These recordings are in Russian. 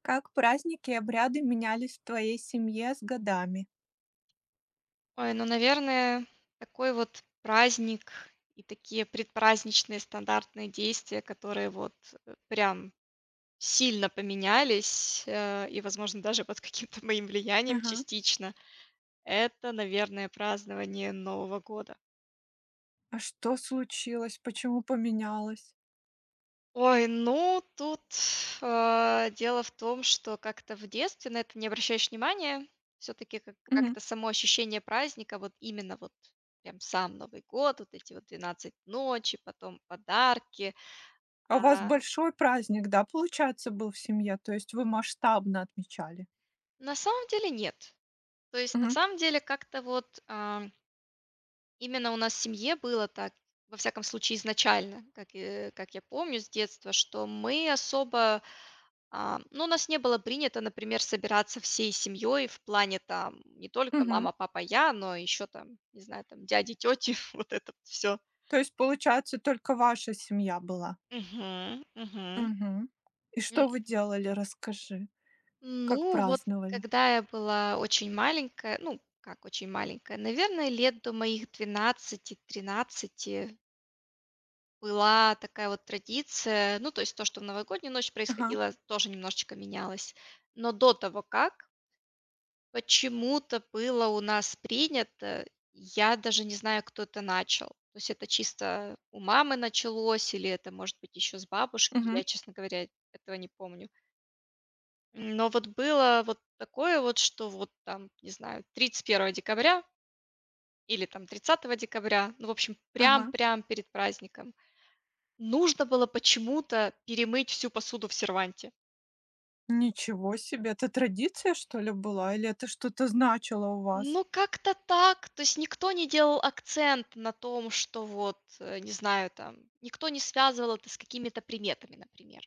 Как праздники и обряды менялись в твоей семье с годами? Ой, ну, наверное, такой вот праздник и такие предпраздничные стандартные действия, которые вот, прям сильно поменялись, и, возможно, даже под каким-то моим влиянием Ага. частично. Это, наверное, празднование Нового года. А что случилось? Почему поменялось? Ой, ну тут, дело в том, что как-то в детстве на это не обращаешь внимания. Все таки как Мгм. как-то само ощущение праздника, вот именно вот прям сам Новый год, вот эти вот 12 ночи, потом подарки. А у вас А, большой праздник, да, получается, был в семье? То есть вы масштабно отмечали? на самом деле нет. То есть на Мгм. самом деле как-то вот, именно у нас в семье было так, во всяком случае изначально, как, как я помню с детства, что мы особо... Ну, у нас не было принято, например, собираться всей семьей в плане там не только Мгм. мама, папа, я, но еще там, не знаю, там дяди, тети, вот это все. То есть, получается, только ваша семья была? Мгм, мгм. Мгм. И М, что вы делали? Расскажи. Как Ну, вот праздновали? когда я была очень маленькая, ну, как очень маленькая, наверное, лет до моих 12-13 была такая вот традиция, ну, то есть то, что в новогоднюю ночь Ага. происходило, тоже немножечко менялось. Но до того как, почему-то было у нас принято, я даже не знаю, кто это начал. То есть это чисто у мамы началось или это, может быть, еще с бабушки, Мгм. я, честно говоря, этого не помню. Но вот было вот такое вот, что вот там, не знаю, 31 декабря или там 30 декабря, ну, в общем, Ага. прям-прям перед праздником, нужно было почему-то перемыть всю посуду в серванте. Ничего себе! Это традиция, что ли, была? Или это что-то значило у вас? Ну, как-то так. То есть никто не делал акцент на том, что вот, не знаю, там, никто не связывал это с какими-то приметами, например.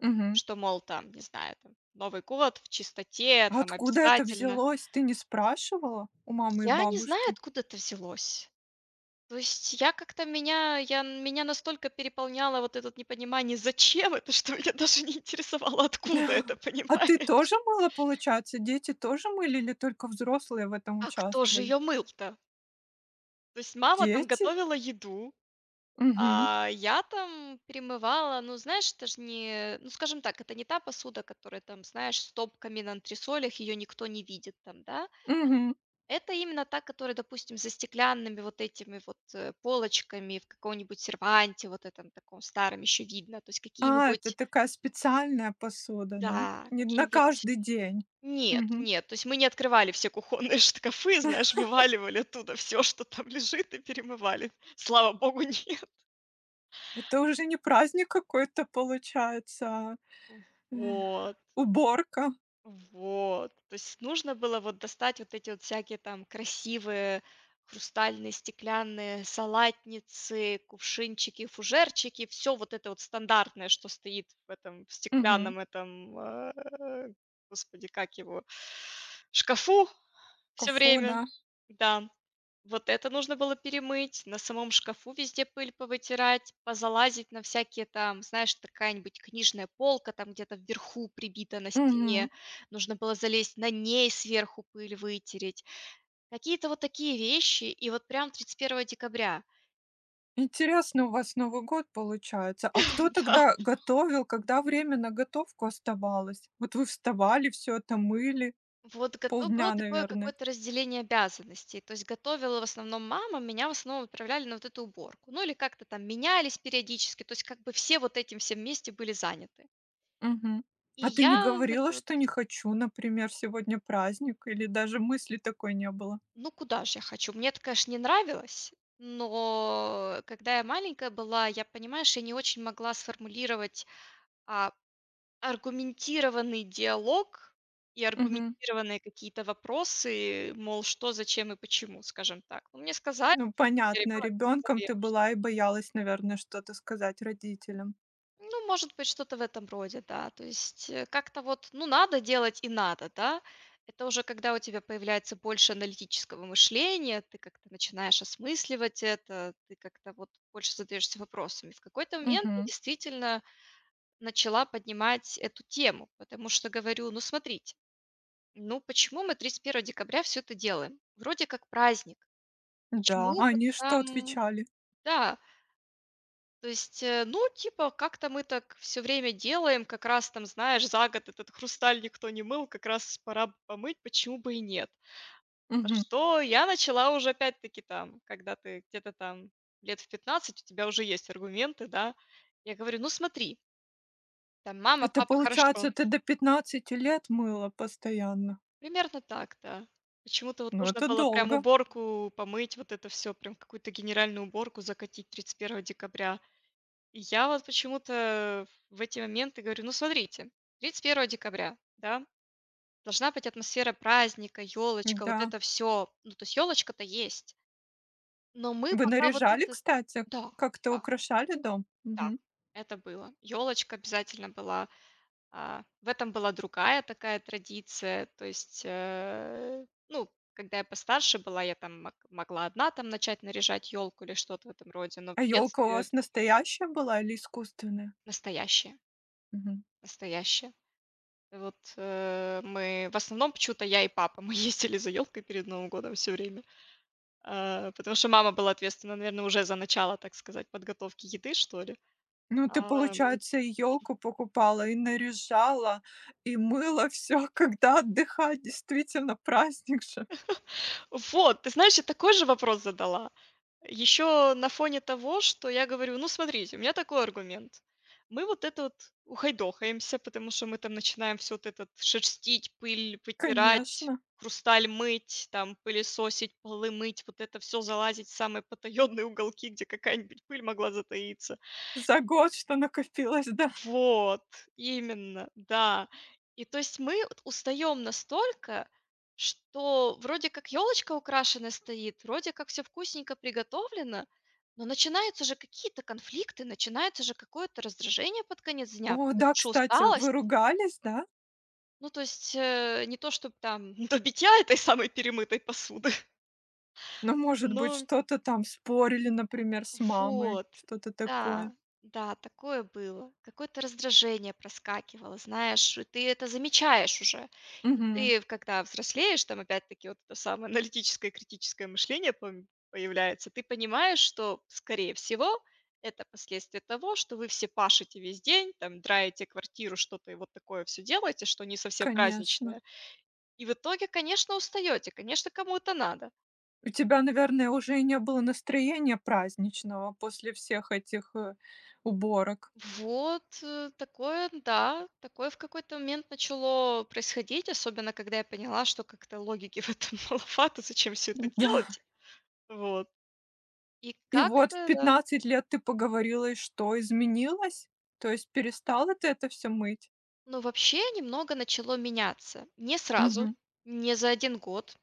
Мгм. Что, мол, там, не знаю, там, Новый год в чистоте, там, Откуда это обязательно. взялось? Ты не спрашивала у мамы и Я не знаю, бабушки? откуда это взялось. То есть я как-то меня, меня настолько переполняло вот это вот непонимание, зачем это, что меня даже не интересовало, откуда это, А ты понимаешь? тоже мыла, получается? Дети тоже мыли или только взрослые в этом А кто же участвовали? ее мыл-то? То есть мама там Дети? готовила еду, Мгм, я там перемывала, ну, знаешь, это ж не, ну, скажем так, это не та посуда, которая там, знаешь, с топками на антресолях, ее никто не видит там, да. мгм. Это именно та, которая, допустим, за стеклянными вот этими вот полочками в каком-нибудь серванте, вот этом таком старом еще видно, то есть А, это какие-нибудь, такая специальная посуда, да? да, Не на какие-нибудь... каждый день. Нет, Мгм. нет, то есть мы не открывали все кухонные шкафы, знаешь, вываливали оттуда все, что там лежит, и перемывали. Слава богу, нет. Это уже не праздник какой-то получается, а э, Вот. уборка. Вот. То есть нужно было вот достать вот эти вот всякие там красивые хрустальные, стеклянные салатницы, кувшинчики, фужерчики, все вот это вот стандартное, что стоит в этом в Мгм. стеклянном этом, господи, как его, шкафу все Кафу, да. время. Да. Вот это нужно было перемыть, на самом шкафу везде пыль повытирать, позалазить на всякие там, знаешь, такая-нибудь книжная полка там где-то вверху прибита на Мгм. стене, нужно было залезть на ней сверху пыль вытереть. Какие-то вот такие вещи, и вот прям 31 декабря. Интересно, у вас Новый год получается. А кто Да. тогда готовил, когда время на готовку оставалось? Вот вы вставали, все это мыли Вот готов было полдня, такое наверное. какое-то разделение обязанностей. То есть готовила в основном мама, меня в основном отправляли на вот эту уборку. Ну или как-то там менялись периодически, то есть как бы все вот этим всем вместе были заняты. Мгм. И А ты не я... говорила, что не хочу, например, сегодня праздник, или даже мысли такой не было? Ну, куда же я хочу? Мне это, конечно, не нравилось, но когда я маленькая была, я, понимаешь, я не очень могла сформулировать, а, аргументированный диалог и Мгм. аргументированные какие-то вопросы, мол, что, зачем и почему, скажем так. Ну, мне сказали, Ну, я понятно, ребенок, мне ребенком сказали... ты была и боялась, наверное, что-то сказать родителям. Ну, может быть, что-то в этом роде, да. То есть как-то вот, ну, надо делать и надо, да. Это уже когда у тебя появляется больше аналитического мышления, ты как-то начинаешь осмысливать это, ты как-то вот больше задаешься вопросами. В какой-то момент я Мгм. действительно начала поднимать эту тему, потому что говорю, ну, смотрите, ну, почему мы 31 декабря все это делаем? Вроде как праздник. Да, Почему а вот они что там, отвечали? да, то есть, ну, типа, как-то мы так все время делаем, как раз там, знаешь, за год этот хрусталь никто не мыл, как раз пора бы помыть, почему бы и нет. На Мгм. что я начала уже опять-таки там, когда ты где-то там лет в 15 у тебя уже есть аргументы, да. Я говорю: «Ну смотри, там мама, Это папа, хорошо». получается, ты до 15 лет мыла постоянно? Примерно так, да. Почему-то вот Ну, нужно это было прям долго. уборку помыть, вот это все прям какую-то генеральную уборку закатить 31 декабря. И я вот почему-то в эти моменты говорю: «Ну, смотрите, тридцать первого декабря, да, должна быть атмосфера праздника, елочка, вот Да. это все. Ну, то есть елочка то есть, но мы Вы пока вот наряжали, это...» кстати? Да, Как-то да, украшали дом? да, Мгм. это было. Елочка обязательно была. В этом была другая такая традиция. То есть, ну, когда я постарше была, я там могла одна там начать наряжать елку или что-то в этом роде, но А в елка у детстве вас это... настоящая была или искусственная? Настоящее, Мгм. настоящее. Вот, мы в основном почему-то я и папа, мы ездили за елкой перед Новым годом все время, потому что мама была ответственна, наверное, уже за начало, так сказать, подготовки еды, что ли. Ну, ты, А, получается, и елку покупала, и наряжала, и мыла все, когда отдыхать. Действительно, праздник же. вот, ты знаешь, я такой же вопрос задала. Еще на фоне того, что я говорю: «Ну, смотрите, у меня такой аргумент. Мы вот это вот ухайдохаемся, потому что мы там начинаем все вот это шерстить, пыль потирать, Конечно. хрусталь мыть, там пылесосить, полы мыть, вот это все залазить в самые потаённые уголки, где какая-нибудь пыль могла затаиться. За год что накопилось, да. Вот, именно, да. И то есть мы вот устаем настолько, что вроде как елочка украшенная стоит, вроде как всё вкусненько приготовлено, но начинаются же какие-то конфликты, начинается же какое-то раздражение под конец дня, О да, потому что кстати, вы усталость. ругались, да? Ну, то есть, не то чтобы там до битья этой самой перемытой посуды, Ну, может быть, но... что-то там спорили, например, с мамой, Вот, что-то такое. да, да, такое было. Какое-то раздражение проскакивало, знаешь, и ты это замечаешь уже. И Угу. ты, когда взрослеешь, там опять-таки вот это самое аналитическое и критическое мышление появляется, ты понимаешь, что, скорее всего, это последствия того, что вы все пашете весь день, там, драете квартиру, что-то и вот такое все делаете, что не совсем Конечно. праздничное. И в итоге, конечно, устаете, конечно, кому это надо. У тебя, наверное, уже и не было настроения праздничного после всех этих, уборок. Вот, такое, да, такое в какой-то момент начало происходить, особенно когда я поняла, что как-то логики в этом маловато, зачем все это Да. делать. Вот. И И вот в как-то, да, 15 лет ты поговорила, и что, изменилось? То есть перестала ты это все мыть? ну, вообще немного начало меняться. Не сразу, Мгм, не за один год,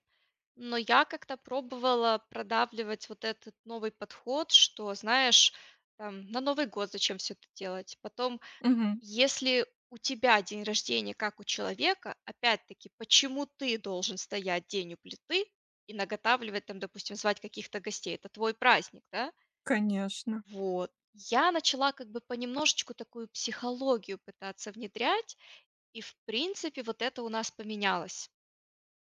но я как-то пробовала продавливать вот этот новый подход, что, знаешь, там, на Новый год зачем все это делать, потом... мгм. Если у тебя день рождения, как у человека, опять-таки, почему ты должен стоять день у плиты и наготавливать там, допустим, звать каких-то гостей? Это твой праздник, да? Конечно. Вот. Я начала как бы понемножечку такую психологию пытаться внедрять, и в принципе вот это у нас поменялось.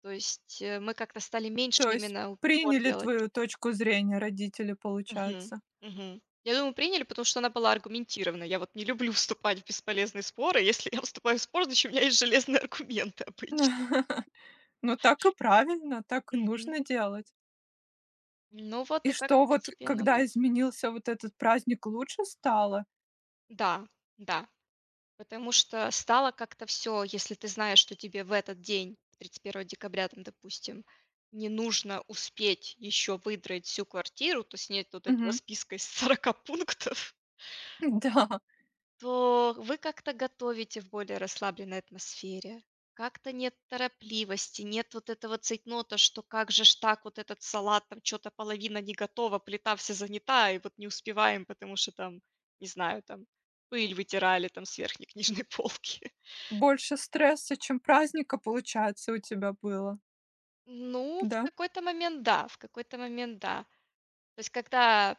То есть мы как-то стали меньше То есть именно упор приняли делать. твою точку зрения родители, Мгм. получается. Мгм. Я думаю, приняли, потому что она была аргументирована. Я вот не люблю вступать в бесполезные споры. Если я вступаю в спор, значит, у меня есть железные аргументы обычно. Ну, так и правильно, так и Мгм. нужно делать. Ну вот И и как-то что, вот постепенно, когда да. изменился вот этот праздник, лучше стало? Да, да. Потому что стало как-то все, если ты знаешь, что тебе в этот день, 31 декабря, там, допустим, не нужно успеть еще выдрать всю квартиру, то есть нет вот этого Мгм. списка из 40 пунктов, Да. то вы как-то готовите в более расслабленной атмосфере. Как-то нет торопливости, нет вот этого цейтнота, что как же ж так, вот этот салат, там что то половина не готова, плита вся занята, и вот не успеваем, потому что там, не знаю, там пыль вытирали там с верхней книжной полки. Больше стресса, чем праздника, получается, у тебя было, Ну, в да? какой-то момент да, в какой-то момент да. То есть когда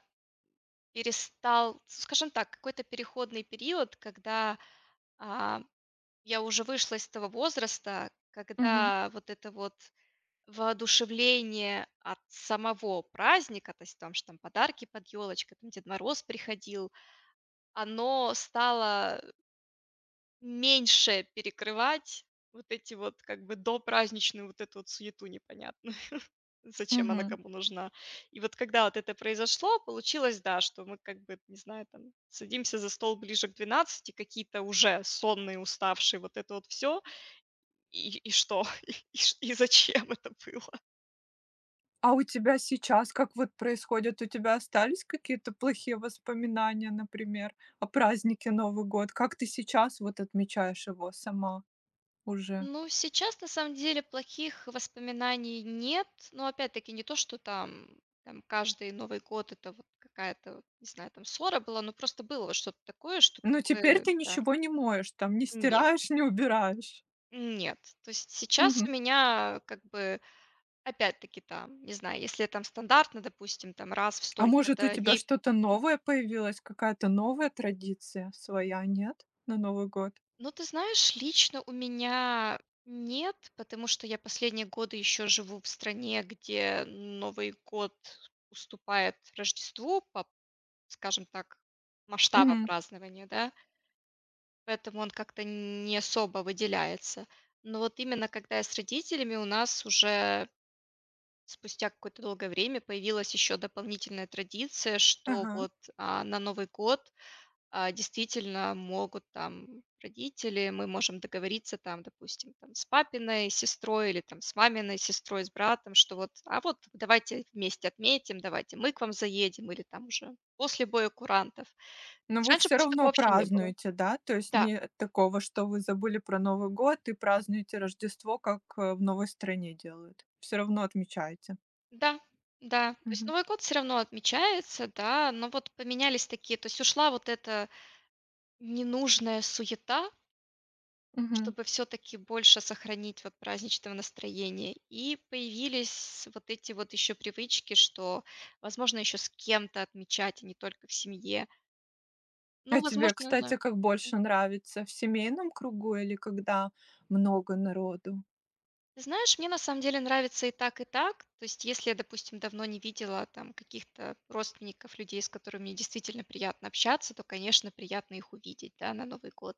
перестал, скажем так, какой-то переходный период, когда, а, я уже вышла из того возраста, Мгм, когда вот это вот воодушевление от самого праздника, то есть там, что там подарки под елочкой, там Дед Мороз приходил, оно стало меньше перекрывать вот эти вот как бы допраздничную вот эту вот суету непонятную. Зачем она мгм. кому нужна? И вот когда вот это произошло, получилось, да, что мы как бы, не знаю, там садимся за стол ближе к 12, какие-то уже сонные, уставшие, вот это вот все, и что? И ш и зачем это было? А у тебя сейчас как вот происходит? У тебя остались какие-то плохие воспоминания, например, о празднике Новый год? Как ты сейчас вот отмечаешь его сама уже? Ну, сейчас, на самом деле, плохих воспоминаний нет. Но, опять-таки, не то, что там там каждый Новый год — это вот какая-то, вот, не знаю, там ссора была, но просто было вот что-то такое, что Ну, как теперь ты бы, да. ничего не моешь, там не Нет, стираешь, не убираешь. нет. То есть сейчас Мгм. у меня как бы, опять-таки, там, не знаю, если там стандартно, допустим, там раз в А может, у столько-то тебя дней... что-то новое появилось, какая-то новая традиция своя, нет? На Новый год? Ну, ты знаешь, лично у меня нет, потому что я последние годы еще живу в стране, где Новый год уступает Рождеству по, скажем так, масштабам Мгм. празднования, да, поэтому он как-то не особо выделяется. Но вот именно когда я с родителями, у нас уже спустя какое-то долгое время появилась еще дополнительная традиция, что Ага. вот на Новый год действительно могут там родители, мы можем договориться там, допустим, там, с папиной сестрой или там с маминой сестрой, с братом, что вот, вот давайте вместе отметим, давайте мы к вам заедем или там уже после боя курантов. То Но есть вы раньше все почему такого равно вообще не было. празднуете, да? То есть Да, не такого, что вы забыли про Новый год и празднуете Рождество, как, в новой стране делают. Все равно отмечаете. да, да. То есть Мгм. Новый год все равно отмечается, да, но вот поменялись такие, то есть ушла вот эта ненужная суета, Мгм. чтобы все таки больше сохранить вот праздничного настроения. И появились вот эти вот еще привычки, что, возможно, еще с кем-то отмечать, а не только в семье. А Ну, тебе, возможно, да. кстати, как больше нравится? В семейном кругу или когда много народу? Ты знаешь, мне на самом деле нравится и так, и так. То есть если я, допустим, давно не видела там каких-то родственников, людей, с которыми мне действительно приятно общаться, то, конечно, приятно их увидеть, да, на Новый год.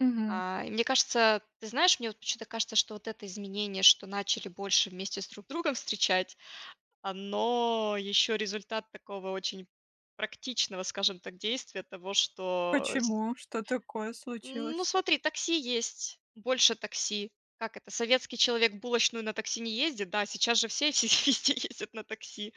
Мгм. И мне кажется, ты знаешь, мне вот почему-то кажется, что вот это изменение, что начали больше вместе с друг другом встречать, оно еще результат такого очень практичного, скажем так, действия того, что с... Почему? Что такое Ну, случилось? смотри, такси есть, больше такси. Как это, советский человек в булочную на такси не ездит? Да, сейчас же все все везде ездят на такси.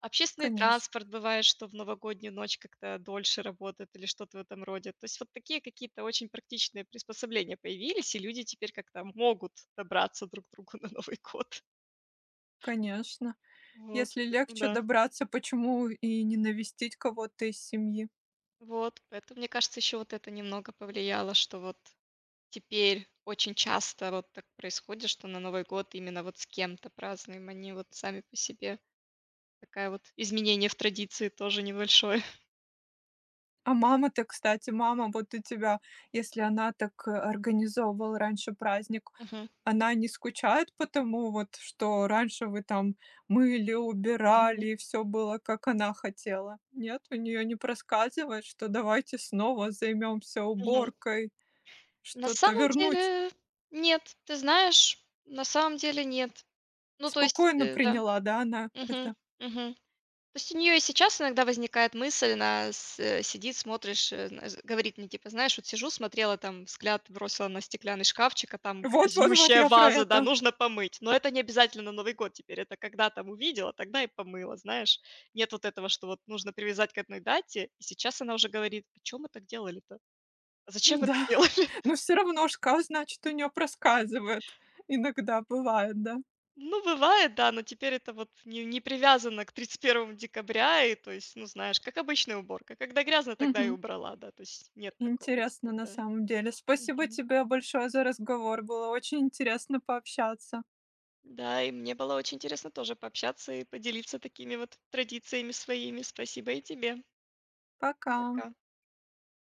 Общественный Конечно, транспорт бывает, что в новогоднюю ночь как-то дольше работает или что-то в этом роде. То есть вот такие какие-то очень практичные приспособления появились, и люди теперь как-то могут добраться друг к другу на Новый год. конечно. Вот, Если легче да. добраться, почему и не навестить кого-то из семьи? Вот, поэтому, мне кажется, еще вот это немного повлияло, что вот теперь очень часто вот так происходит, что на Новый год именно вот с кем-то празднуем, они вот сами по себе. Такая вот изменение в традиции тоже небольшое. А мама-то, кстати, мама вот у тебя, если она так организовывала раньше праздник, Мгм. она не скучает по тому вот, что раньше вы там мыли, Мгм. убирали, и все было, как она хотела? Нет, у нее не проскальзывает, что давайте снова займемся Мгм. уборкой, На что-то самом вернуть. деле нет, ты знаешь, на самом деле нет. Ну, то есть, Спокойно да. приняла, да, она Мгм. это? Мгм. То есть у нее и сейчас иногда возникает мысль, она сидит, смотришь, зн говорит мне, типа: «Знаешь, вот сижу, смотрела там, взгляд бросила на стеклянный шкафчик, а там Вот-вот-вот, грязнющая я про ваза, да, это. нужно помыть». Но это не обязательно на Новый год теперь, это когда там увидела, тогда и помыла, знаешь. Нет вот этого, что вот нужно привязать к одной дате, и сейчас она уже говорит: «А чем мы так делали-то? А зачем мы так Да, делали?» но все равно шкаф, значит, у нее проскальзывает. Иногда бывает, да? Ну, бывает, да, но теперь это вот не привязано к 31 декабря, и то есть, ну, знаешь, как обычная уборка. Когда грязно, тогда и Мгм. убрала, да, то есть нет такого Интересно, теперь, на да. самом деле. Спасибо Мгм. тебе большое за разговор. Было очень интересно пообщаться. Да, и мне было очень интересно тоже пообщаться и поделиться такими вот традициями своими. Спасибо и тебе. Пока. Пока.